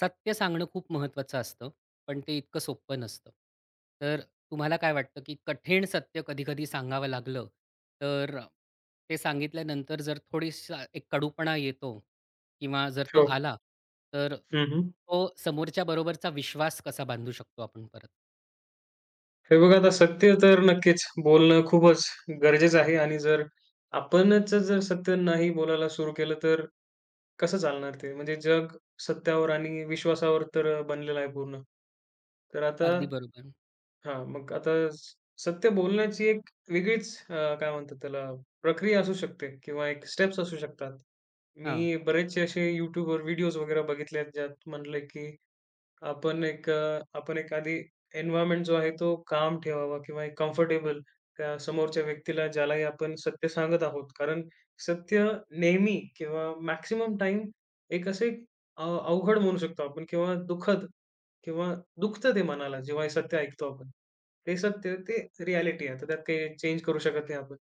सत्य सांगणं खूप महत्त्वाचं असतं, पण ते इतकं सोपं नसतं. तर तुम्हाला काय वाटतं, की कठीण सत्य कधी-कधी सांगावं लागलं, तर ते सांगितल्यानंतर जर थोडीसा एक कडूपणा येतो किंवा जर तो हो. आला, तर हं, हं. तो समोरच्याबरोबरचा विश्वास कसा बांधू शकतो आपण परत? हे बघा आता सत्य तर नक्कीच बोलणं खूपच गरजेचं आहे आणि जर आपणच जर सत्य नाही बोलायला सुरू केलं, तर कसं चालणार ते? म्हणजे जग सत्यावर आणि विश्वासावर तर बनलेलं आहे पूर्ण. तर आता अगदी बरोबर. मग आता सत्य बोलण्याची एक वेगळीच काय म्हणतात त्याला प्रक्रिया असू शकते किंवा एक स्टेप्स असू शकतात. हां, मी बरेचसे असे YouTubeवर व्हिडिओज वगैरे बघितले आहेत, ज्यात म्हटलंय की आपण एक आधी एन्व्हायर्नमेंट जो आहे तो काम ठेवावा किंवा एक कम्फर्टेबल त्या समोरच्या व्यक्तीला ज्यालाही आपण सत्य सांगत आहोत. कारण सत्य नेहमी किंवा मॅक्सिमम टाइम एक असे अवघड म्हणू शकतो आपण किंवा दुःखद किंवा दुखतं ते मनाला जेव्हा हे सत्य ऐकतो आपण. ते सत्य ते रिॲलिटी आहे. आता त्यात काही चेंज करू शकत नाही आपण.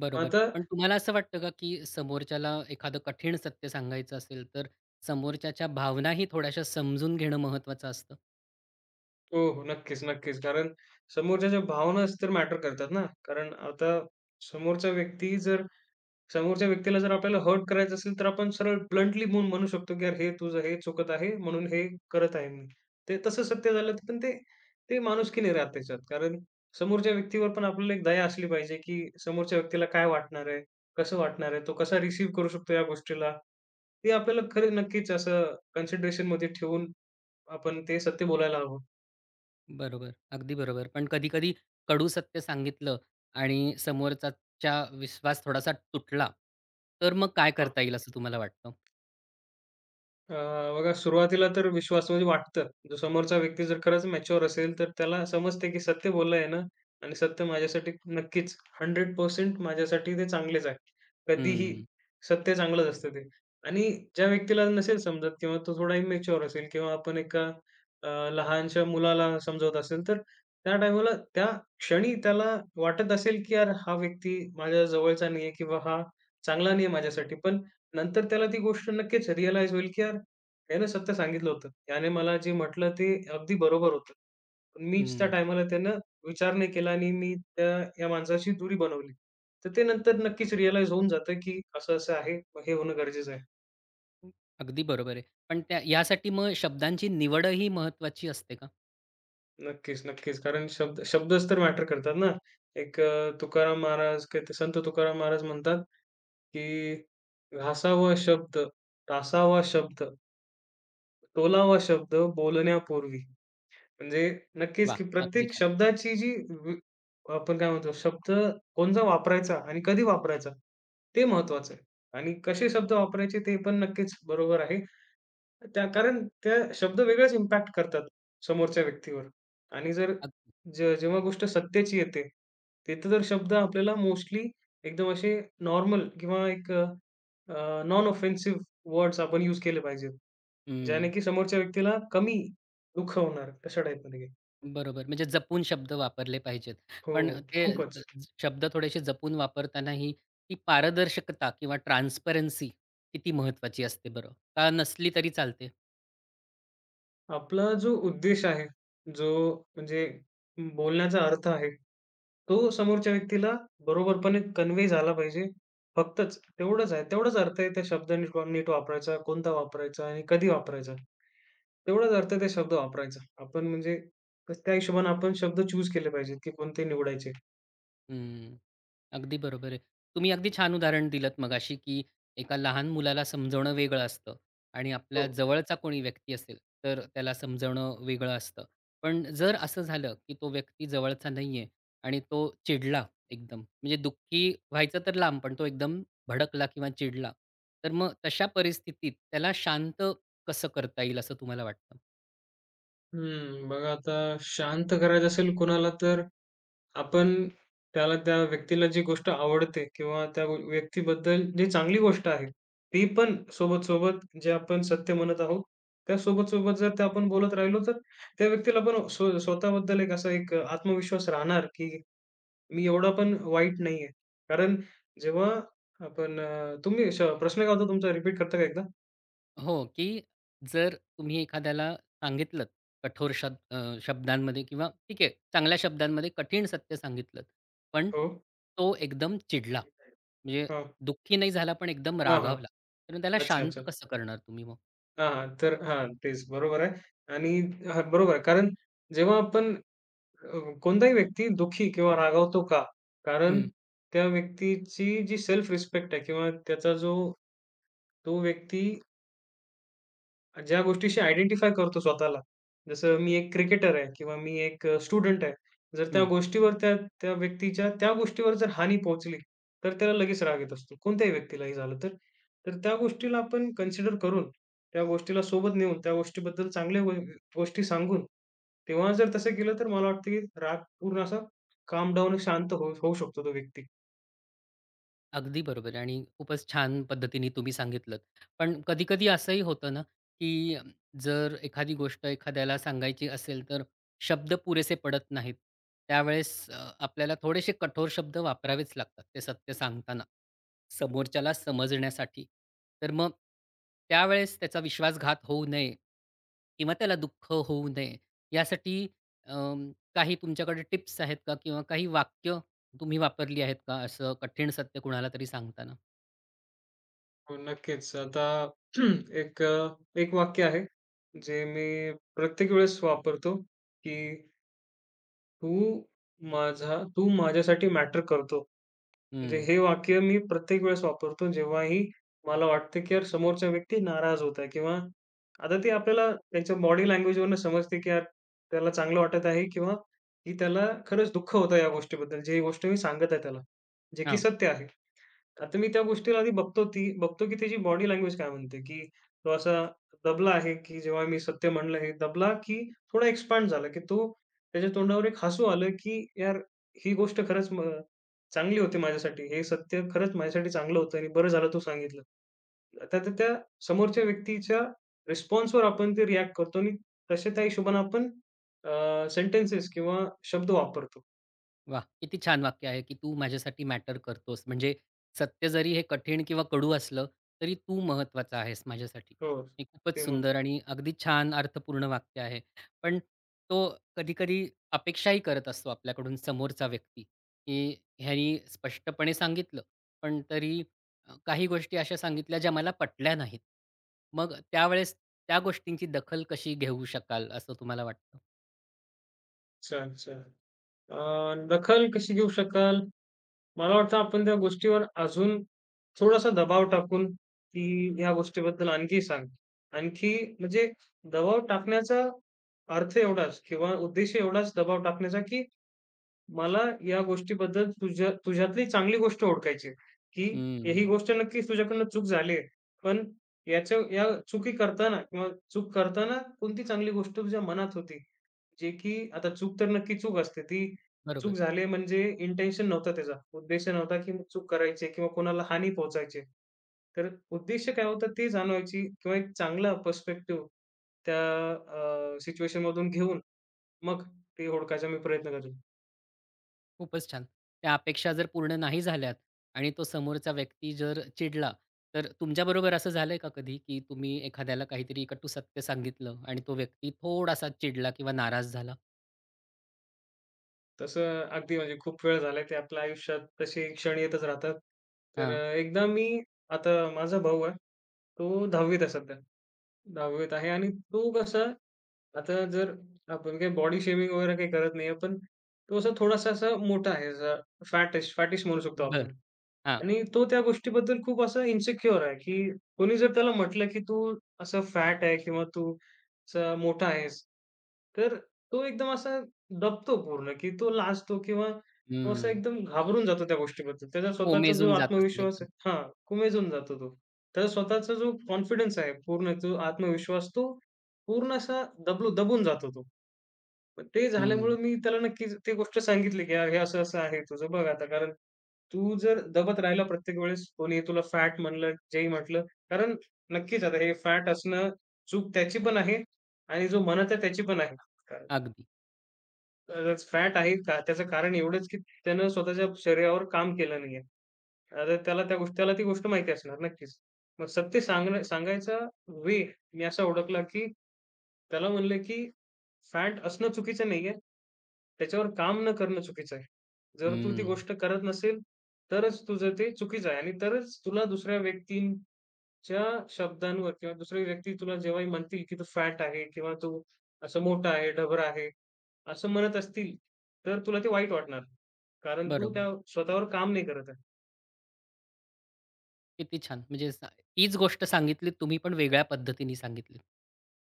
बरोबर. आता पण तुम्हाला असं वाटतं का, की समोरच्याला एखादं कठीण सत्य सांगायचं असेल, तर समोरच्याच्या भावनाही थोड्याशा समजून घेणं महत्त्वाचं असतं? हो, हो. नक्कीच, नक्कीच. कारण समोरच्या ज्या भावनाच तर मॅटर करतात ना. कारण आता समोरचा व्यक्ती जर समोरच्या व्यक्तीला जर आपल्याला हर्ट करायचं असेल, तर आपण सरळ ब्लंटली म्हणून म्हणू शकतो, की "यार हे तुझं हे चुकत आहे, म्हणून हे करत आहे मी." ते तसं सत्य झालं, तर पण ते ते माणुसकी नाही राहत त्याच्यात. कारण समोरच्या व्यक्तीवर पण आपल्याला एक दया असली पाहिजे, की समोरच्या व्यक्तीला काय वाटणार आहे? कसं वाटणार आहे? तो कसा रिसीव्ह करू शकतो या गोष्टीला? ते आपल्याला खरं नक्कीच असं कन्सिडरेशनमध्ये ठेवून आपण ते सत्य बोलायला हवं. बरोबर. अगदी बरोबर. पण कधी-कधी कडू सत्य सांगितलं आणि समोरच्याचा विश्वास थोडासा तुटला, तर मग काय हां. करता येईल असं तुम्हाला वाटतं? अ, बघा सुरुवातीला तर विश्वास म्हणजे वाटतं. जो समोरचा व्यक्ती जर खरंच मॅच्युअर असेल, तर त्याला समजते की सत्य बोललंय ना आणि सत्य माझ्यासाठी नक्कीच 100% माझ्यासाठी ते चांगलेच आहे. कधीही हं, सत्य चांगलंच असतं ते. आणि ज्या व्यक्तीला नसेल समजत किंवा तो थोडा इमॅच्युअर असेल किंवा आपण एका लहानशा मुलाला समजवत असेल, तर त्या टायमाला त्या क्षणी त्याला वाटत असेल की यार हा व्यक्ती माझ्या जवळचा नाहीये किंवा हा चांगला नाहीये माझ्यासाठी. पण नंतर त्याला ती गोष्ट नक्कीच रिअलाईज होईल की यार त्यानं सत्य सांगितलं होतं. त्याने मला जे म्हटलं ते अगदी बरोबर होतं. पण मीच त्या हं. टायमाला त्यानं विचार नाही केला आणि मी या माणसाशी दुरी बनवली. तर ते नंतर नक्कीच रिअलाईज होऊन जातं, की असं-असं आहे. मग हे होणं गरजेचं आहे. अगदी बरोबर आहे. पण त्या यासाठी मग शब्दांची निवडही महत्त्वाची असते का? नक्कीच, नक्कीच. कारण शब्द शब्दच तर मॅटर करतात ना. एक अ, तुकाराम महाराज काय ते संत तुकाराम महाराज म्हणतात, की "घासावा शब्द, टासावा शब्द, तोलावा शब्द बोलण्यापूर्वी." म्हणजे नक्कीच, वा की अगदी प्रत्येक छान. शब्दाची जी वि आपण काय म्हणतो, शब्द कोणता वापरायचा आणि कधी वापरायचा, ते महत्त्वाचं आहे. आणि कसे शब्द वापरायचे ते पण नक्कीच बरोबर आहे. त्या कारण त्या शब्द वेगळाच इम्पॅक्ट करतात समोरच्या व्यक्तीवर. आणि जर अगदी. जेव्हा गोष्ट सत्याची येते, तिथे तर शब्द आपल्याला मोस्टली एकदम असे नॉर्मल किंवा एक नॉन ऑफेन्सिव्ह वर्ड्स आपण यूज केले पाहिजेत. ज्याने हं. की समोरच्या व्यक्तीला कमी दुःख होणार, अशा टाइपमध्ये. बरोबर. म्हणजे जपून शब्द वापरले पाहिजेत. हो, पण ते अ, खूपच. शब्द थोडेसे जपून वापरतानाही ती पारदर्शकता किंवा ट्रान्सपरन्सी किती महत्त्वाची असते बरं? का नसली तरी चालते? आपला जो उद्देश आहे, जो म्हणजे बोलण्याचा अर्थ आहे, तो समोरच्या व्यक्तीला बरोबरपणे कन्वे झाला पाहिजे. फक्तच तेवढंच आहे. तेवढाच अर्थ आहे त्या शब्द नीट नीट वापरायचा, कोणता वापरायचा आणि कधी वापरायचा. तेवढाच अर्थ ते शब्द वापरायचा. आपण म्हणजे त्या हिशोबाने आपण शब्द चूज केले पाहिजेत, की कोणते निवडायचे. हं. अगदी बरोबर आहे. तुम्ही अगदी छान उदाहरण दिलंत मगाशी, की एका लहान मुलाला समजवणं वेगळं असतं आणि आपल्या हो. जवळचा कोणी व्यक्ती असेल, तर त्याला समजवणं वेगळं असतं. पण जर असं झालं, की तो व्यक्ती जवळचा नाहीये आणि तो चिडला एकदम, म्हणजे दुःखी व्हायचं तर लांब, पण तो एकदम भडकला किंवा चिडला, तर मग तशा परिस्थितीत त्याला शांत कसं करता येईल असं तुम्हाला वाटतं? हं, बघा आता शांत करायचं असेल कोणाला तर आपण त्याला त्या व्यक्तीला जी गोष्ट आवडते किंवा त्या व्यक्तीबद्दल जी चांगली गोष्ट आहे, ती पण सोबत-सोबत जे आपण सत्य म्हणत आहोत, त्या सोबत-सोबत जर ते आपण बोलत राहिलो, तर त्या व्यक्तीला पण स्वतःबद्दल एक असा एक आत्मविश्वास राहणार, की मी एवढा पण वाईट नाही कारण जेव्हा तुम्ही प्रश्न काय होता तुमचा रिपीट करता का एकदा? हो, की जर तुम्ही एखाद्याला सांगितलंत कठोर शब्द शब्दांमध्ये किंवा ठीक आहे, चांगल्या शब्दांमध्ये कठीण सत्य सांगितलंत. पण हो. तो एकदम चिडला. म्हणजे हां. दुःखी नाही झाला, पण एकदम हां, हां. रागावला. तर मग त्याला अच्छा, शांत अच्छा. कसं करणार तुम्ही मग? हां, हां. तर हां, तेच बरोबर आहे आणि हां, बरोबर आहे. कारण जेव्हा कोणताही व्यक्ती दुःखी किंवा रागावतो का? कारण त्या व्यक्तीची जी सेल्फ रिस्पेक्ट आहे किंवा त्याचा जो तो व्यक्ती ज्या गोष्टीशी आयडेंटिफाय करतो स्वतःला. जसं मी एक क्रिकेटर आहे किंवा मी एक स्टुडंट आहे. जर हं. त्या व्यक्तीच्या त्या गोष्टीवर जर हानी पोहोचली, तर त्याला लगेच राग येत असतो. कोणत्याही व्यक्तीलाही झालं तर. तर त्या गोष्टीला आपण कन्सिडर करून, त्या गोष्टीला सोबत नेऊन, त्या गोष्टीबद्दल चांगल्या गोष्टी सांगून, तेव्हा जर तसं केलं तर मला वाटतं की राग पूर्ण असा काल्म डाउन शांत होऊ होऊ शकतो तो व्यक्ती. अगदी बरोबर आहे आणि खूपच छान पद्धतीने तुम्ही सांगितलंत. पण कधी-कधी असंही होतं ना, की अम, जर एखादी गोष्ट एखाद्याला सांगायची असेल, तर शब्द पुरेसे पडत नाहीत. त्यावेळेस आपल्याला थोडेसे कठोर शब्द वापरावेच लागतात, ते सत्य सांगताना, समोरच्याला समजण्यासाठी. तर मग त्यावेळेस त्याचा विश्वासघात होऊ नये किंवा त्याला दुःख होऊ नये, यासाठी अ, काही तुमच्याकडे टिप्स आहेत का? किंवा काही वाक्य तुम्ही वापरली आहेत का असं कठीण सत्य कुणाला तरी सांगताना? हो, नक्कीच. आता एक वाक्य आहे, जे मी प्रत्येक वेळेस वापरतो, की "तू तू माझ्यासाठी मॅटर करतो." म्हणजे हं. हे वाक्य मी प्रत्येक वेळेस वापरतो, जेव्हाही मला वाटतं, की यार समोरचा व्यक्ती नाराज होत आहे किंवा आता ते आपल्याला त्यांच्या बॉडी लँग्वेजवरून समजते, की यार त्याला चांगलं वाटत आहे किंवा की त्याला खरंच दुःख होतं या गोष्टीबद्दल, जी गोष्ट मी सांगत आहे त्याला, जे की हां. सत्य आहे. आता मी त्या गोष्टीला आधी बघतो की त्याची बॉडी लँग्वेज काय म्हणते, की तो असा दबला आहे, की जेव्हा मी सत्य म्हणलं हे दबला, की थोडा एक्सपांड झाला, की तो त्याच्या तोंडावर एक हसू आलं, की यार ही गोष्ट खरंच चांगली होती माझ्यासाठी. हे सत्य खरंच माझ्यासाठी चांगलं होतं आणि बरं झालं तू सांगितलं. आता तर त्या समोरच्या व्यक्तीच्या रिस्पॉन्सवर आपण ते रिएक्ट करतो आणि तशा त्या हिशोबाने आपण सेंटेन्सेस किंवा शब्द वापरतो. वाह! किती छान वाक्य आहे, की "तू माझ्यासाठी मॅटर करतोस." म्हणजे सत्य जरी हे कठीण किंवा कडू असलं, तरी तू महत्त्वाचा आहेस माझ्यासाठी. हो, हे खूपच ते म्हणतो. सुंदर आणि अगदी छान अर्थपूर्ण वाक्य आहे. पण तो कधी-कधी अपेक्षाही करत असतो आपल्याकडून समोरचा व्यक्ती, की ह्यानी स्पष्टपणे सांगितलं, पण तरी काही गोष्टी अशा सांगितल्या ज्या मला पटल्या नाहीत. मग त्यावेळेस त्या गोष्टींची दखल कशी घेऊ शकाल असं तुम्हाला वाटतं? छान, छान. अ, दखल कशी घेऊ शकाल? मला वाटतं आपण त्या गोष्टीवर अजून थोडासा दबाव टाकून, की ह्या गोष्टीबद्दल आणखी सांग. आणखी म्हणजे दबाव टाकण्याचा अर्थ एवढाच किंवा उद्देश एवढाच दबाव टाकण्याचा, की मला या गोष्टीबद्दल तुझ्यातली चांगली गोष्ट ओळखायची आहे, की ही हं, गोष्ट नक्कीच तुझ्याकडनं चूक झाली आहे. पण याच्या या चुकी करताना किंवा चूक करताना कोणती चांगली गोष्ट तुझ्या मनात होती जे की आता चूक तर नक्की चूक असते. ती चूक बरोबर. झाली म्हणजे इंटेन्शन नव्हता त्याचा. उद्देश नव्हता की चूक करायची किंवा कोणाला हानी पोहोचायची. तर उद्देश काय होता ते जाणवायची किंवा एक चांगला पर्स्पेक्टिव्ह त्या सिच्युएशनमधून घेऊन मग ते ओळखायचा मी प्रयत्न करतो. खूपच छान. त्या अपेक्षा जर पूर्ण नाही झाल्यात आणि तो समोरचा व्यक्ती जर चिडला, तर तुमच्याबरोबर असं झालंय का कधी, की तुम्ही एखाद्याला काहीतरी कटू सत्य सांगितलं आणि तो व्यक्ती थोडासा चिडला किंवा नाराज झाला? तसं अगदी म्हणजे खूप वेळ झालाय ते आपल्या आयुष्यात तसे क्षण येतच राहतात. तर हां. अ, एकदा मी आता माझा भाऊ आहे. तो 10वी आहे सध्या. 9वीत आहे आणि तो कसा आता जर आपण काही बॉडी शेमिंग वगैरे काही करत नाहीये, पण तो असा थोडासा असा मोठा आहे, असा फॅटिश फॅटिश म्हणू शकतो बर आपण. हां. आणि तो त्या गोष्टीबद्दल खूप असा इन्सिक्युअर आहे, की कोणी जर त्याला म्हटलं, की "तू असं फॅट आहे किंवा तू असा मोठा आहेस." तर तो एकदम असा दबतो पूर्ण, की तो लाजतो किंवा तो असा हं. एकदम घाबरून जातो त्या गोष्टीबद्दल. त्याचा स्वतःचा जो कोमेजून जात असेल आत्मविश्वास एकदम. आहे हां, कुमेजून जातो तो. त्याचा स्वतःचा जो कॉन्फिडन्स आहे पूर्ण, जो आत्मविश्वास तो पूर्ण असा दबून जातो तो. पण ते झाल्यामुळं हं. मी त्याला नक्कीच ती गोष्ट सांगितली, की "यार हे असं-असं आहे तुझं बघ आता." कारण तू जर दबत राहिला प्रत्येक वेळेस कोणी तुला फॅट म्हणलं, जेही म्हटलं कारण नक्कीच आता हे फॅट असणं चूक त्याची पण आहे आणि जो म्हणत आहे त्याची पण आहे. कारण अगदी. फॅट आहे का त्याचं कारण एवढंच, की त्यानं स्वतःच्या शरीरावर काम केलं नाहीये. अरे त्याला त्या गोष्टी त्याला ती गोष्ट माहिती असणार नक्कीच. मग सत्य सांगायचा वे मी असा ओळखला, की त्याला म्हणलं, की फॅट असणं चुकीचं नाहीये. त्याच्यावर काम न करणं चुकीचं आहे. जर तू ती हं. गोष्ट करत नसेल, तरच तुझं ते चुकीचं आहे आणि तरच तुला दुसऱ्या व्यक्तींच्या शब्दांवर किंवा दुसरी व्यक्ती तुला जेव्हाही म्हणतील, की तू फॅट आहे किंवा तू असं मोठा आहे, डबर आहे, असं म्हणत असतील, तर तुला ते वाईट वाटणार. कारण तू बरोबर. त्या स्वतःवर काम नाही करत आहे. किती छान! म्हणजे तीच गोष्ट सांगितलीत तुम्ही, पण वेगळ्या पद्धतीने सांगितली,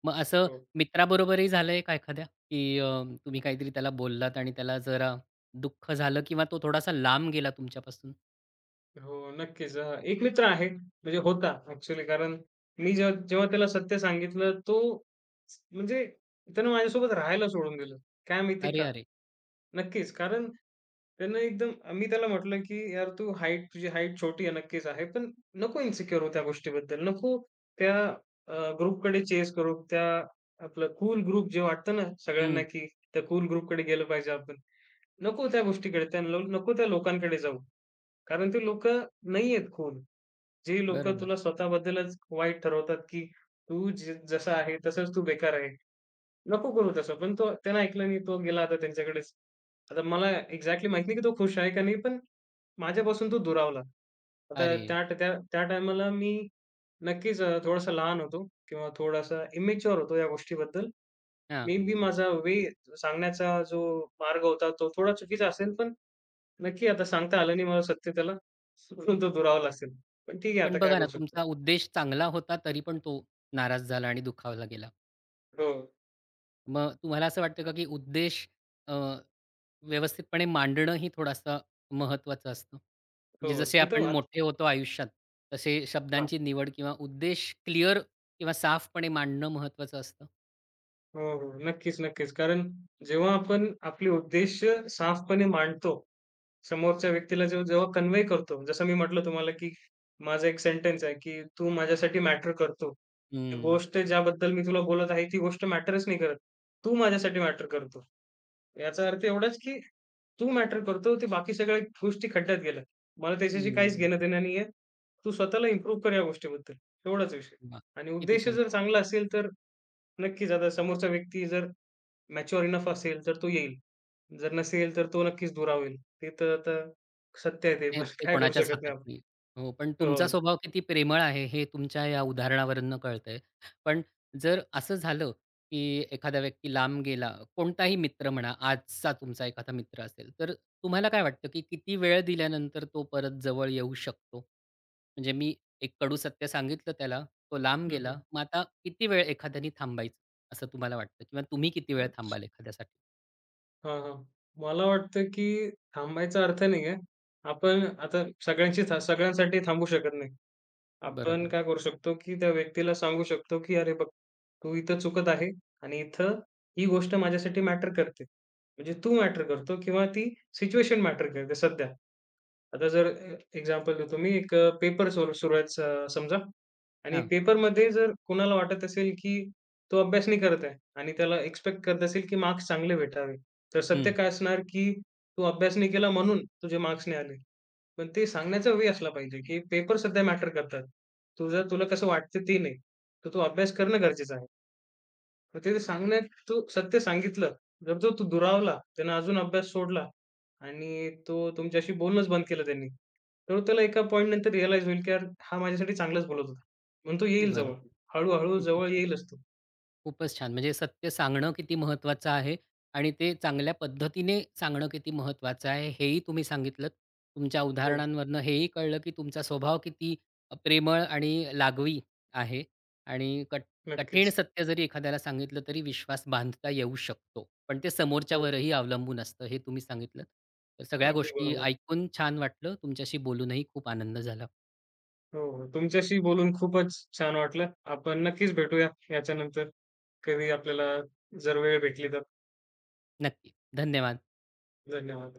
मग असं हो. मित्राबरोबरही झालंय का एखाद्या, की तुम्ही काहीतरी त्याला बोललात आणि त्याला जरा दुःख झालं किंवा तो थोडासा लांब गेला तुमच्यापासून? हो, नक्कीच. एक मित्र आहे, म्हणजे होता ॲक्चुअली कारण मी जेव्हा जेव्हा त्याला सत्य सांगितलं, तो म्हणजे त्यानं माझ्यासोबत राहायला सोडून दिलं. काय माहिती अरे, का? अरे! नक्कीच. कारण त्यानं एकदम मी त्याला म्हटलं, की "यार, तू हाईट तुझी हाईट छोटी आहे, नक्कीच आहे, पण नको इन्सिक्युअर हो त्या गोष्टीबद्दल. नको त्या ग्रुपकडे चेस करू. त्या आपलं कूल ग्रुप जे वाटतं ना सगळ्यांना, हं, की त्या कूल ग्रुपकडे गेलं पाहिजे आपण. नको त्या गोष्टीकडे, नको त्या लोकांकडे जाऊ. कारण ते लोकं नाही आहेत कूल. जे लोकं बरोबर. तुला स्वतःबद्दलच वाईट ठरवतात, की तू जे जसा आहे तसाच तू बेकार आहे. नको करू तसं. पण तो त्यानं ऐकलं नाही. तो गेला आता त्यांच्याकडेच. आता मला एक्झॅक्टली माहीत नाही, की तो खुश आहे का नाही, पण माझ्यापासून तो दुरावला. आता अरे! त्या त्या त्या टायमाला मी नक्कीच थोडासा लहान होतो किंवा थोडासा इमॅच्युअर होतो या गोष्टीबद्दल. हां. मे बी माझा सांगण्याचा जो मार्ग होता तो थोडा चुकीचा असेल, पण नक्की आता सांगता आलं नाही मला सत्य त्याला. म्हणून तो दुरावला असेल. पण ठीक आहे पण आता काय बघा ना, करू शकतो. तुमचा उद्देश चांगला होता, तरी पण तो नाराज झाला आणि दुखावला गेला. हो. मग तुम्हाला असं वाटतं का, की उद्देश अ, व्यवस्थितपणे मांडणं ही थोडासा महत्त्वाचं असतं? हो, म्हणजे जसे एकदम आपण आत मोठे होतो आयुष्यात, तसे हां. शब्दांची निवड किंवा उद्देश क्लिअर किंवा साफपणे मांडणं महत्त्वाचं असतं? हो, हो. नक्कीच, नक्कीच. कारण जेव्हा आपण आपले उद्देश साफपणे मांडतो, समोरच्या व्यक्तीला जेव्हा जेव्हा कन्व्हे करतो, जसं मी म्हटलं तुम्हाला, की माझा एक सेंटन्स आहे, की "तू माझ्यासाठी मॅटर करतो." ही हं, गोष्ट ज्याबद्दल मी तुला बोलत आहे, ती गोष्ट मॅटरच नाही करत. तू माझ्यासाठी मॅटर करतो. याचा अर्थ एवढाच, की तू मॅटर करतो, ते बाकी सगळ्या गोष्टी खड्ड्यात गेल्या. मला त्याच्याशी हं, काहीच हं. घेणं-देणं नाहीये. तू स्वतःला इम्प्रूव्ह कर या गोष्टीबद्दल. एवढाच विषय. आणि किती उद्देश छान. जर चांगला असेल, तर नक्कीच. आता समोरचा व्यक्ती जर मॅच्युअर इनफ असेल, तर तो येईल. जर नसेल, तर तो नक्कीच दुरावेल. ते तर आता सत्य आहे ते ते पण ते काय करू कोणाच्याच शकत हातात नाही आपण. नाही. हो, पण तुमचा हो. स्वभाव किती प्रेमळ आहे हे तुमच्या या उदाहरणावरून कळतंय. पण जर असं झालं, की एखादा व्यक्ती लांब गेला, कोणताही मित्र म्हणा, आजचा तुमचा एखादा मित्र असेल, तर तुम्हाला काय वाटतं, की किती वेळ दिल्यानंतर तो परत जवळ येऊ शकतो? म्हणजे मी एक कडू सत्य सांगितलं त्याला, तो लांब हं, गेला, हं. मग आता किती वेळ एखाद्याने थांबायचं असं तुम्हाला वाटतं? किंवा तुम्ही किती वेळ थांबाल ओके. एखाद्यासाठी? हां, हां. मला वाटतं, की थांबायचा अर्थ नाही आहे. आपण आता सगळ्यांशी सगळ्यांसाठी थांबू शकत नाही. आपण बरोबर. काय करू शकतो, की त्या व्यक्तीला सांगू शकतो, की "अरे बघ, तू इथं चुकत आहे आणि इथं ही गोष्ट माझ्यासाठी मॅटर करते." म्हणजे तू मॅटर करतो किंवा ती सिच्युएशन मॅटर करते सध्या. आता जर एक्झाम्पल देतो मी एक पेपर सुरू सुरू आहे समजा आणि हां. पेपरमध्ये जर कुणाला वाटत असेल, की तो अभ्यास नाही करत आहे आणि त्याला एक्स्पेक्ट करत असेल, की मार्क्स चांगले भेटावे. तर सत्य हं. काय असणार, की तू अभ्यास नाही केला म्हणून तुझे मार्क्स नाही आले. पण ते सांगण्याचा वे असला पाहिजे, की पेपर सध्या मॅटर करतात. तुझं तुला कसं वाटतं ते नाही. तर तू अभ्यास करणं गरजेचं आहे. मग ते सांगण्यात तू सत्य सांगितलं, जर तो तू दुरावला, त्यानं अजून अभ्यास सोडला आणि तो तुमच्याशी बोलणंच बंद केलं त्यांनी, तर त्याला एका पॉइंटनंतर रिअलाईज होईल, की यार हा माझ्यासाठी चांगलाच बोलत होता. म्हणून तो येईल जवळ. बरोबर. हळू किती जवळ छान. येईलच तो. खूपच छान. म्हणजे सत्य सांगणं किती महत्त्वाचं आहे आणि ते चांगल्या पद्धतीने सांगणं किती महत्त्वाचं आहे, हेही तुम्ही सांगितलत. तुमच्या हो, उदाहरणांवरनं हेही कळलं, की तुमचा स्वभाव किती प्रेमळ आणि लागवी आहे आणि कठीण नक्कीच. सत्य जरी एखाद्याला सांगितलं, तरी विश्वास बांधता येऊ शकतो. पण ते हो, समोरच्यावरही अवलंबून असतं, हे तुम्ही सांगितलत. तर सगळ्या अगदी गोष्टी बरोबर. ऐकून छान वाटलं. तुमच्याशी बोलूनही खूप आनंद झाला. हो, हो. तुमच्याशी बोलून खूपच छान वाटलं. आपण नक्कीच भेटूया याच्यानंतर. कधी आपल्याला जर वेळ भेटली तर. नक्की. धन्यवाद. धन्यवाद.